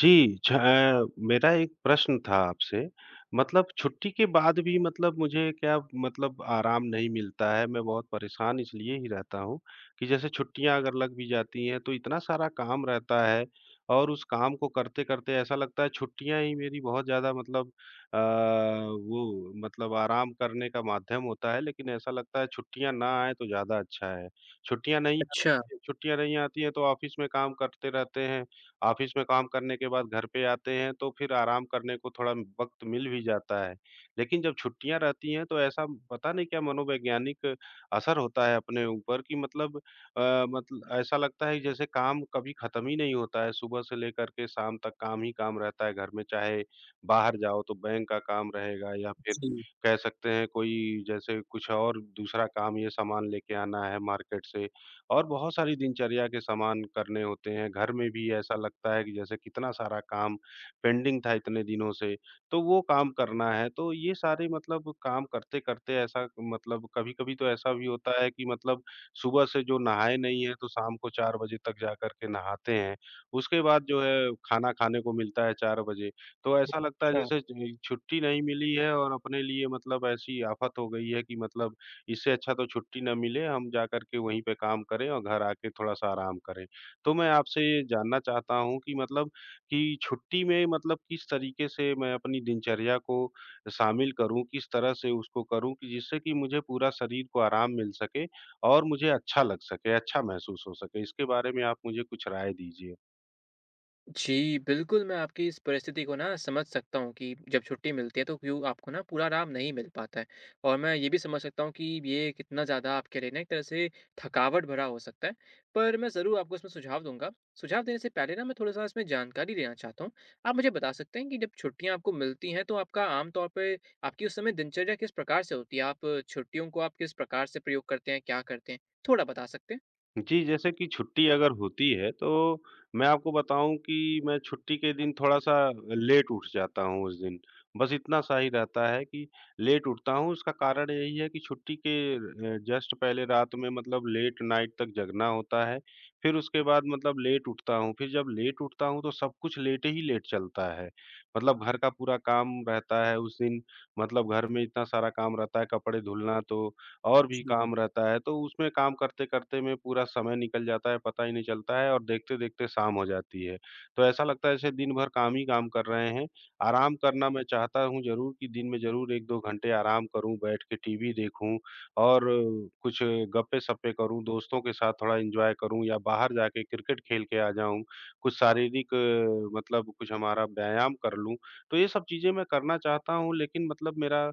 जी। मेरा एक प्रश्न था आपसे, मतलब छुट्टी के बाद भी, मतलब मुझे क्या, मतलब आराम नहीं मिलता है। मैं बहुत परेशान इसलिए ही रहता हूँ कि जैसे छुट्टियाँ अगर लग भी जाती हैं, तो इतना सारा काम रहता है और उस काम को करते-करते ऐसा लगता है छुट्टियाँ ही मेरी बहुत ज़्यादा मतलब, वो मतलब आराम करने का माध्यम होता है, लेकिन ऐसा लगता है छुट्टियाँ ना आएँ तो ज़्यादा अच्छा है। छुट्टियाँ नहीं अच्छा, आती छुट्टियाँ नहीं आती हैं, तो ऑफ़िस में काम करते रहते हैं। ऑफिस में काम करने के बाद घर पे आते हैं तो फिर आराम करने को थोड़ा वक़्त मिल भी जाता है। लेकिन जब छुट्टियाँ रहती हैं तो ऐसा, पता नहीं क्या मनोवैज्ञानिक असर होता है अपने ऊपर कि मतलब, अ, मतल ऐसा लगता है जैसे काम कभी ख़त्म ही नहीं होता है, सुबह से लेकर के शाम तक काम ही काम रहता है घर में, चाहे बाहर जाओ तो बैंक का काम रहेगा या फिर जी, कह सकते हैं कोई जैसे कुछ और दूसरा काम, ये सामान लेके आना है मार्केट से। और बहुत सारी दिनचर्या के सामान करने होते हैं। घर में भी ऐसा लगता है कि जैसे कितना सारा काम पेंडिंग था इतने दिनों से, तो वो काम करना है। तो ये सारे मतलब काम करते-करते ऐसा, मतलब कभी-कभी तो ऐसा भी होता है कि मतलब सुबह से जो नहाए नहीं हैं, तो शाम को 4 बजे तक जाकर के नहाते हैं। उसके बाद जो है खाना खाने को मिलता है 4 बजे। तो ऐसा लगता है अच्छा। जैसे ज छुट्टी नहीं मिली है और अपने लिए मतलब ऐसी आफ़त हो गई है कि मतलब इससे अच्छा तो छुट्टी ना मिले, हम जाकर के वहीं पे काम करें और घर आके थोड़ा-सा आराम करें। तो मैं आपसे ये जानना चाहता हूँ कि मतलब कि छुट्टी में मतलब किस तरीके से मैं अपनी दिनचर्या को शामिल करूँ, किस तरह से उसको करूँ कि जिससे कि मुझे पूरा शरीर को आराम मिल सके और मुझे अच्छा लग सके, अच्छा महसूस हो सके? इसके बारे में आप मुझे कुछ राय दीजिए। जी, बिल्कुल मैं आपकी इस परिस्थिति को ना समझ सकता हूँ कि जब छुट्टी मिलती है तो क्यों आपको ना पूरा आराम नहीं मिल पाता है। और मैं ये भी समझ सकता हूँ कि ये कितना ज़्यादा आपके लिए ना एक तरह से थकावट भरा हो सकता है। पर मैं ज़रूर आपको इसमें सुझाव दूँगा। सुझाव देने से पहले ना मैं थोड़ा-सा इसमें जानकारी लेना चाहता हूँ। आप मुझे बता सकते हैं कि जब छुट्टियाँ आपको मिलती हैं तो आपका आम तौर पे आपकी उस समय दिनचर्या किस प्रकार से होती है? आप छुट्टियों को आप किस प्रकार से प्रयोग करते हैं? क्या करते हैं? थोड़ा बता सकते हैं? जी, जैसे कि छुट्टी अगर होती है, तो मैं आपको बताऊँ कि मैं छुट्टी के दिन थोड़ा-सा लेट उठ जाता हूँ उस दिन। बस इतना सा ही रहता है कि लेट उठता हूँ, उसका कारण यही है कि छुट्टी के जस्ट पहले रात में मतलब लेट नाइट तक जगना होता है, फिर उसके बाद मतलब लेट उठता हूँ। फिर जब लेट उठता हूँ, तो सब कुछ लेट ही लेट चलता है। मतलब घर का पूरा काम रहता है उस दिन, मतलब घर में इतना सारा काम रहता है, कपड़े धुलना तो और भी जी, काम रहता है, तो उसमें काम करते-करते में पूरा समय निकल जाता है, पता ही नहीं चलता है और देखते-देखते शाम हो जाती है। तो ऐसा लगता है जैसे दिन भर काम ही काम कर रहे हैं। आराम करना मैं चाहता हूँ ज़रूर कि दिन में ज़रूर 1-2 घंटे आराम करूँ, बैठ के टीवी देखूँ और कुछ गप्पे-सप्पे करूँ, दोस्तों के साथ थोड़ा एन्जॉय करूँ या बाहर जाके क्रिकेट खेल के आ जाऊँ, कुछ शारीरिक मतलब कुछ हमारा व्यायाम कर लूँ। तो ये सब चीज़ें मैं करना चाहता हूँ लेकिन मतलब मेरा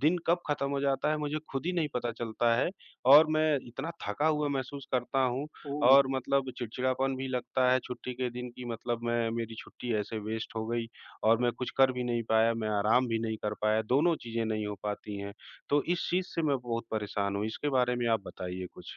दिन कब ख़त्म हो जाता है मुझे खुद ही नहीं पता चलता है और मैं इतना थका हुआ महसूस करता हूँ ओह! और मतलब चिड़चिड़ापन भी लगता है छुट्टी के दिन कि मतलब मैं, मेरी छुट्टी ऐसे वेस्ट हो गई और मैं कुछ कर भी नहीं पाया, मैं आराम भी नहीं कर पाया, दोनों चीज़ें नहीं हो पाती हैं। तो इस चीज़ से मैं बहुत परेशान हूँ, इसके बारे में आप बताइए कुछ?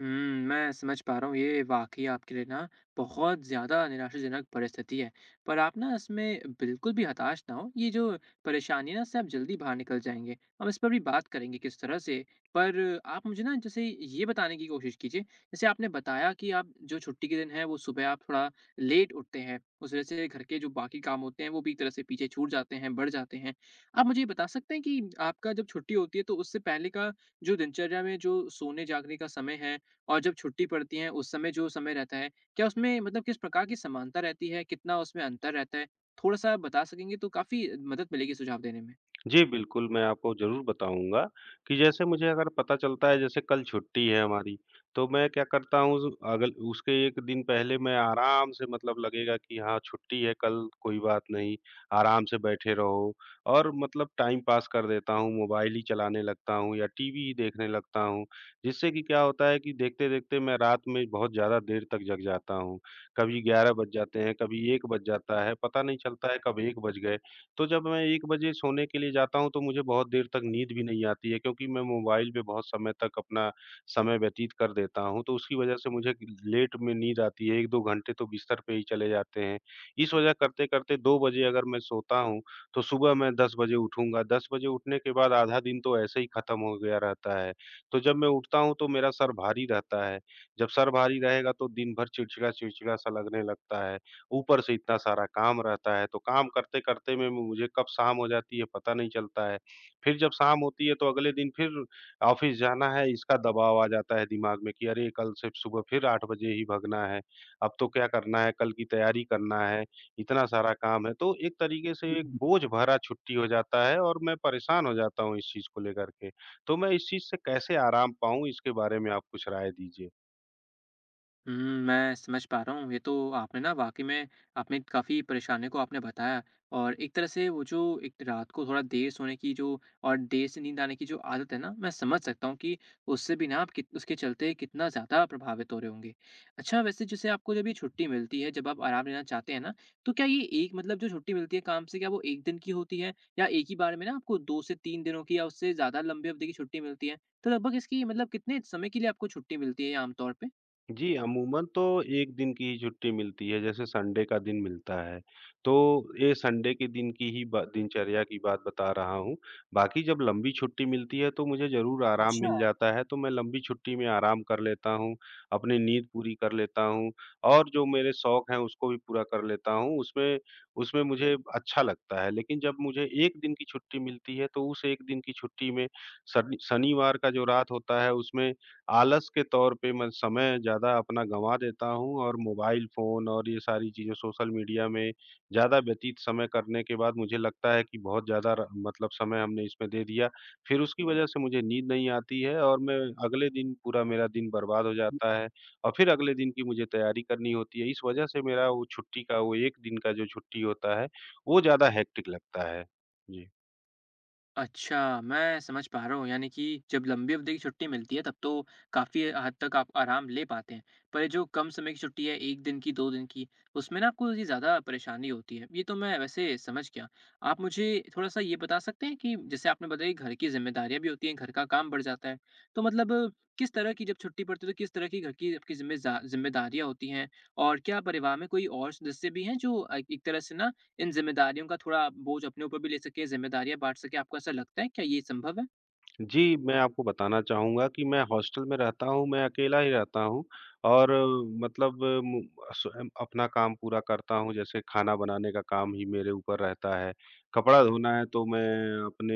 हुँ, मैं समझ पा रहा हूँ, ये वाक़ई आपके लिए ना बहुत ज़्यादा निराशाजनक परिस्थिति है। पर आप ना इसमें बिल्कुल भी हताश ना हों, ये जो परेशानी है ना, इससे आप जल्दी बाहर निकल जाएँगे। हम इस पर भी बात करेंगे किस तरह से, पर आप मुझे ना जैसे ये बताने की कोशिश कीजिए, जैसे आपने बताया कि आप जो छुट्टी के दिन है, वो सुबह आप थोड़ा लेट उठते हैं, उस वजह से घर के जो बाकी काम होते हैं, वो भी एक तरह से पीछे छूट जाते हैं, बढ़ जाते हैं। आप मुझे ये बता सकते हैं कि आपका जब छुट्टी होती है, तो उससे पहले का जो दिनचर्या में जो सोने-जागने का समय है और जब छुट्टी पड़ती है उस समय जो समय रहता है, क्या उसमें मतलब किस प्रकार की समानता रहती है? कितना उसमें अंतर रहता है? थोड़ा-सा बता सकेंगे तो काफ़ी मदद मिलेगी सुझाव देने में। जी, बिल्कुल, मैं आपको ज़रूर बताऊँगा कि जैसे मुझे अगर पता चलता है जैसे कल छुट्टी है हमारी, तो मैं क्या करता हूँ उस, अगल उसके 1 दिन पहले मैं आराम से मतलब लगेगा कि हाँ, छुट्टी है कल कोई बात नहीं, आराम से बैठे रहो और मतलब टाइम पास कर देता हूँ, मोबाइल ही चलाने लगता हूँ या टीवी ही देखने लगता हूँ। जिससे कि क्या होता है कि देखते-देखते मैं रात में बहुत ज़्यादा देर तक जग जाता हूँ। कभी 11 बज जाते हैं, कभी 1 बज जाता है, पता नहीं चलता है कब 1 बज गए। तो जब मैं 1 बजे सोने के लिए जाता हूँ, तो मुझे बहुत देर तक नींद भी नहीं आती है क्योंकि मैं मोबाइल पे बहुत समय तक अपना समय व्यतीत कर देता हूँ, तो उसकी वजह से मुझे लेट में नींद आती है, 1-2 घंटे तो बिस्तर पे ही चले जाते हैं। इस वजह करते-करते 2 बजे अगर मैं सोता हूँ, तो सुबह मैं 10 बजे उठूँगा, 10 बजे उठने के बाद आधा दिन तो ऐसे ही खत्म हो गया रहता है। तो जब मैं उठता हूँ, तो मेरा सर भारी रहता है, जब सर भारी रहेगा तो दिन भर चिड़चिड़ा-चिड़चिड़ा सा लगने लगता है। ऊपर से इतना सारा काम रहता है, तो काम करते-करते में मुझे कब शाम हो जाती है पता नहीं चलता है। फिर जब शाम होती है तो अगले दिन फिर ऑफ़िस जाना है इसका दबाव आ जाता है दिमाग में कि अरे! कल से सुबह फिर 8 बजे ही भगना है, अब तो क्या करना है, कल की तैयारी करना है, इतना सारा काम है। तो एक तरीके से एक बोझ भरा छुट्टी हो जाता है और मैं परेशान हो जाता हूँ इस चीज़ को लेकर के। तो मैं इस चीज़ से कैसे आराम पाऊँ, इसके बारे में आप कुछ राय दीजिए? हुँ, मैं समझ पा रहा हूँ। ये तो आपने ना वाक़ई में आपने काफ़ी परेशानियों को आपने बताया और एक तरह से वो जो एक रात को थोड़ा देर सोने की जो और देर से नींद आने की जो आदत है ना, मैं समझ सकता हूँ कि उससे भी ना आप कित उसके चलते कितना ज़्यादा प्रभावित हो रहे होंगे। अच्छा, वैसे जैसे आपको जब ये छुट्टी मिलती है, जब आप आराम लेना चाहते हैं ना, तो क्या ये एक मतलब जो छुट्टी मिलती है काम से, क्या वो 1 दिन की होती है? या एक ही बार में ना आपको 2 से 3 दिनों की या उससे ज़्यादा लंबी अवधि की छुट्टी मिलती है? तो लगभग इसकी मतलब कितने समय के लिए आपको छुट्टी मिलती है ये आम तौर पे? जी, अमूमन तो 1 दिन की ही छुट्टी मिलती है, जैसे संडे का दिन मिलता है। तो ये संडे के दिन की ही ब दिनचर्या की बात बता रहा हूँ। बाकी जब लंबी छुट्टी मिलती है, तो मुझे ज़रूर आराम अच्छा। मिल जाता है, तो मैं लंबी छुट्टी में आराम कर लेता हूँ, अपनी नींद पूरी कर लेता हूँ और जो मेरे शौक हैं, उसको भी पूरा कर लेता हूँ। उसमें उसमें मुझे अच्छा लगता है, लेकिन जब मुझे 1 दिन की छुट्टी मिलती है, तो उस 1 दिन की छुट्टी में शनिवार का जो रात होता है, उसमें आलस के तौर पे मैं समय ज़्यादा अपना गँवा देता हूँ और मोबाइल फ़ोन और ये सारी चीज़ें सोशल मीडिया में ज़्यादा व्यतीत समय करने के बाद मुझे लगता है कि बहुत ज़्यादा र मतलब समय हमने इसमें दे दिया। फिर उसकी वजह से मुझे नींद नहीं आती है और मैं अगले दिन पूरा मेरा दिन बर्बाद हो जाता है और फिर अगले दिन की मुझे तैयारी करनी होती है। इस वजह से मेरा वो छुट्टी का वो 1 दिन का जो छुट्टी होता है, वो ज़्यादा हेक्टिक लगता है। जी। अच्छा, मैं समझ पा रहा हूँ यानी कि जब लंबी अवधि की छुट्टी मिलती है तब तो काफ़ी हद तक आप आराम ले पाते हैं। पर ये जो कम समय की छुट्टी है 1 दिन की, 2 दिन की, उसमें ना आपको ये ज़्यादा परेशानी होती है। ये तो मैं वैसे समझ गया। आप मुझे थोड़ा-सा ये बता सकते हैं कि जैसे आपने बताया कि घर की ज़िम्मेदारियाँ भी होती हैं, घर का काम बढ़ जाता है। तो मतलब किस तरह की जब छुट्टी पड़ती है तो किस तरह की घर की आपकी ज़िम्मेजा ज़िम्मेदारियाँ होती हैं? और क्या परिवार में कोई और सदस्य भी हैं जो एक तरह से ना इन ज़िम्मेदारियों का थोड़ा बोझ अपने ऊपर भी ले सकें, ज़िम्मेदारियाँ बाँट सकें, आपको ऐसा लगता है क्या ये संभव है? जी, मैं आपको बताना चाहूँगा कि मैं हॉस्टल में रहता हूँ, मैं अकेला ही रहता हूँ और मतलब मु स्वयं अपना काम पूरा करता हूँ, जैसे खाना बनाने का काम ही मेरे ऊपर रहता है, कपड़ा धोना है तो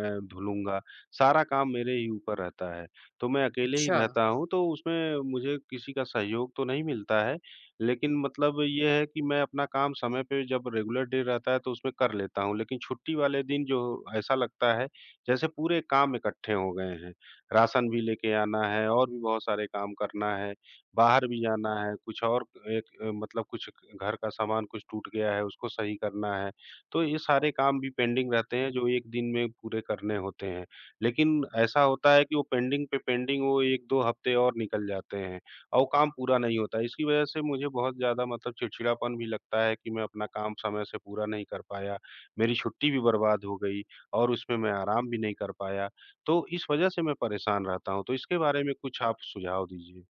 मैं धुलूँगा, सारा काम मेरे ही ऊपर रहता है। तो मैं अकेले ही अच्छा। रहता हूँ, तो उसमें मुझे किसी का सहयोग तो नहीं मिलता है, लेकिन मतलब ये है कि मैं अपना काम समय पे जब रेगुलर डे रहता है तो उसमें कर लेता हूँ, लेकिन छुट्टी वाले दिन जो ऐसा लगता है जैसे पूरे काम इकट्ठे हो गए हैं। राशन भी लेके आना है और भी बहुत सारे काम करना है, बाहर भी जाना है, कुछ और मतलब कुछ घर का सामान कुछ टूट गया है, उसको सही करना है। तो ये सारे काम भी पेंडिंग रहते हैं जो 1 दिन में पूरे करने होते हैं। लेकिन ऐसा होता है कि वो पेंडिंग पे पेंडिंग वो 1-2 हफ्ते और निकल जाते हैं और वो काम पूरा नहीं होता है। इसकी वजह से मुझे बहुत ज़्यादा मतलब चिड़चिड़ापन भी लगता है कि मैं अपना काम समय से पूरा नहीं कर पाया, मेरी छुट्टी भी बर्बाद हो गई। और उसमें मैं आराम भी नहीं कर पाया। तो इस वजह से मैं परेशान रहता हूँ, तो इसके बारे में कुछ आप सुझाव दीजिए।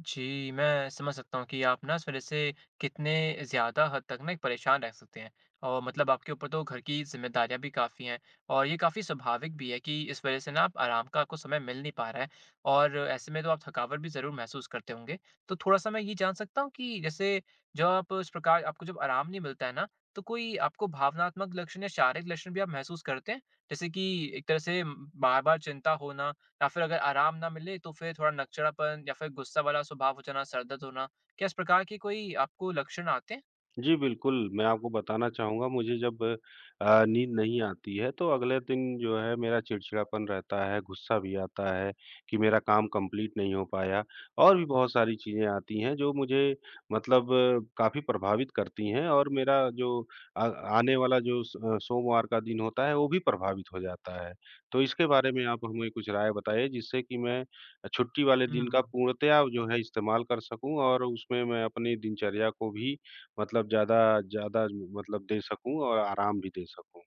जी, मैं समझ सकता हूँ कि आप ना इस वज़ह से कितने ज़्यादा हद तक ना एक परेशान रह सकते हैं और मतलब आपके ऊपर तो घर की ज़िम्मेदारियाँ भी काफ़ी हैं और ये काफ़ी स्वाभाविक भी है कि इस वज़ह से ना आप आराम का आपको समय मिल नहीं पा रहा है और ऐसे में तो आप थकावट भी ज़रूर महसूस करते होंगे। तो थोड़ा-सा मैं ये जान सकता हूँ कि जैसे जब आप इस प्रकार आपको जब आराम नहीं मिलता है ना, तो कोई आपको भावनात्मक लक्षण या शारीरिक लक्षण भी आप महसूस करते हैं? जैसे कि एक तरह से बार-बार चिंता होना या फिर अगर आराम ना मिले तो फिर थोड़ा नकचढ़ापन या फिर गुस्सा वाला स्वभाव हो जाना, सर दर्द होना, क्या इस प्रकार के कोई आपको लक्षण आते हैं? जी, बिल्कुल, मैं आपको बताना चाहूँगा मुझे जब नींद नहीं आती है तो अगले दिन जो है मेरा चिड़चिड़ापन रहता है, गुस्सा भी आता है कि मेरा काम कंप्लीट नहीं हो पाया और भी बहुत सारी चीज़ें आती हैं जो मुझे मतलब काफ़ी प्रभावित करती हैं और मेरा जो अ, आने वाला जो स अ, सोमवार का दिन होता है वो भी प्रभावित हो जाता है। तो इसके बारे में आप हमें कुछ राय बताइए जिससे कि मैं छुट्टी वाले दिन हुँ। का पूर्णतया जो है इस्तेमाल कर सकूँ और उसमें मैं अपनी दिनचर्या को भी मतलब ज़्यादा ज़्यादा मतलब दे सकूँ और आराम भी दे सकूँ।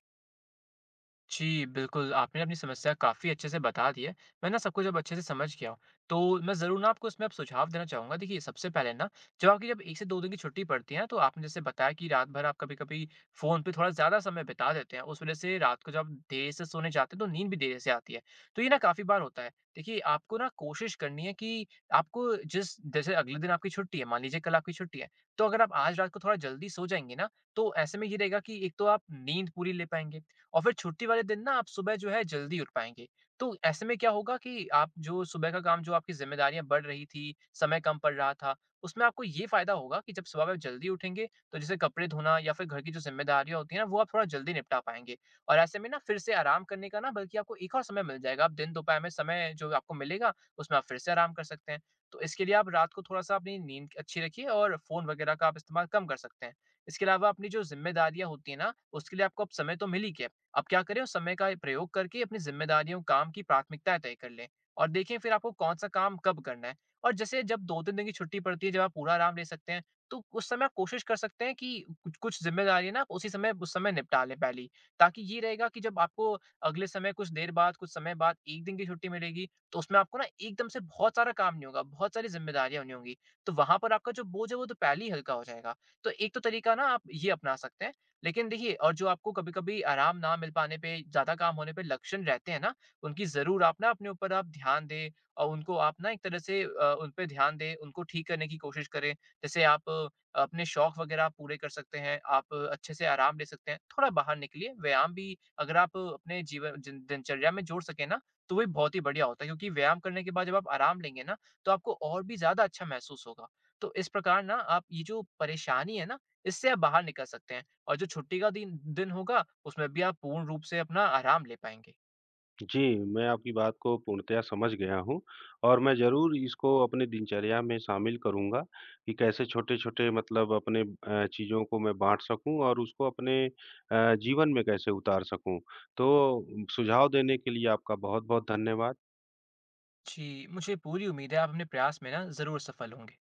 जी, बिल्कुल, आपने अपनी समस्या काफ़ी अच्छे से बता दी है। मैं ना सब कुछ अब अच्छे से समझ गया हूँ। तो मैं ज़रूर ना आपको इसमें अब सुझाव देना चाहूँगा। देखिए, सबसे पहले ना जब आपकी जब 1 से 2 दिन की छुट्टी पड़ती है ना, तो आपने जैसे बताया कि रात भर आप कभी-कभी फ़ोन पे थोड़ा ज़्यादा समय बिता देते हैं। उस वज़ह से रात को जब आप देर से सोने जाते हैं, तो नींद भी देर से आती है। तो ये ना काफ़ी बार होता है। देखिए, आपको ना कोशिश करनी है कि आपको जिस जैसे अगले दिन आपकी छुट्टी है, मान लीजिए कल आपकी छुट्टी है, तो अगर आप आज रात को थोड़ा जल्दी सो जाएँगे ना, तो ऐसे में ये रहेगा कि एक तो आप नींद पूरी ले पाएँगे। और फिर छुट्टी वाले दिन ना आप सुबह जो है जल्दी उठ पाएँगे। तो ऐसे में क्या होगा कि आप जो सुबह का काम जो आपकी ज़िम्मेदारियाँ बढ़ रही थी, समय कम पड़ रहा था, उसमें आपको ये फ़ायदा होगा कि जब सुबह में जल्दी उठेंगे, तो जैसे कपड़े धोना या फिर घर की जो ज़िम्मेदारियाँ होती हैं ना, वो आप थोड़ा जल्दी निपटा पाएँगे। और ऐसे में ना फिर से आराम करने का ना बल्कि आपको एक और समय मिल जाएगा। आप दिन दोपहर में समय जो आपको मिलेगा, उसमें आप फिर से आराम कर सकते हैं। तो इसके लिए आप रात को थोड़ा-सा अपनी नींद अच्छी रखिए और फ़ोन वगैरह का आप इस्तेमाल कम कर सकते हैं। इसके अलावा अपनी जो ज़िम्मेदारियाँ होती हैं ना, उसके लिए आपको अब समय तो मिल ही गया है। अब क्या करें उस समय का प्रयोग करके अपनी ज़िम्मेदारियों, काम की प्राथमिकताएँ तय कर लें और देखें फिर आपको कौन-सा काम कब करना है। और जैसे जब 2-3 दिन की छुट्टी पड़ती है, जब आप पूरा आराम ले सकते हैं, तो उस समय आप कोशिश कर सकते हैं कि कुछ कुछ ज़िम्मेदारियाँ ना आप उसी समय उस समय निपटा लें पहले ही। ताकि ये रहेगा कि जब आपको अगले समय कुछ देर बाद, कुछ समय बाद 1 दिन की छुट्टी मिलेगी, तो उसमें आपको ना एकदम से बहुत सारा काम नहीं होगा, बहुत सारी ज़िम्मेदारियाँ नहीं होंगी। तो वहाँ पर आपका जो बोझ है, वो तो पहले ही हल्का हो जाएगा। तो एक तो तरीका ना आप ये अपना सकते हैं। लेकिन देखिए और जो आपको कभी-कभी आराम ना मिल पाने पे, ज़्यादा काम होने पे लक्षण रहते हैं ना, उनकी ज़रूर आप ना अपने ऊपर आप ध्यान दें और उनको आप ना एक तरह से उन पे ध्यान दें, उनको ठीक करने की कोशिश करें। जैसे आप अपने शौक वगैरह आप पूरे कर सकते हैं, आप अच्छे से आराम ले सकते हैं, थोड़ा बाहर निकलिए। व्यायाम भी अगर आप अपने जीवन जिन दिनचर्या में जोड़ सकें ना, तो वो बहुत ही बढ़िया होता है क्योंकि व्यायाम करने के बाद जब आप आराम लेंगे ना, तो आपको और भी ज़्यादा अच्छा महसूस होगा। तो इस प्रकार ना आप ये जो परेशानी है ना, इससे आप बाहर निकल सकते हैं। और जो छुट्टी का दिन दिन होगा, उसमें भी आप पूर्ण रूप से अपना आराम ले पाएँगे। जी, मैं आपकी बात को पूर्णतया समझ गया हूँ और मैं ज़रूर इसको अपने दिनचर्या में शामिल करूँगा कि कैसे छोटे-छोटे मतलब अपने चीज़ों को मैं बाँट सकूँ और उसको अपने जीवन में कैसे उतार सकूँ। तो सुझाव देने के लिए आपका बहुत-बहुत धन्यवाद। जी, मुझे पूरी उम्मीद है आप अपने प्रयास में ना ज़रूर सफल होंगे।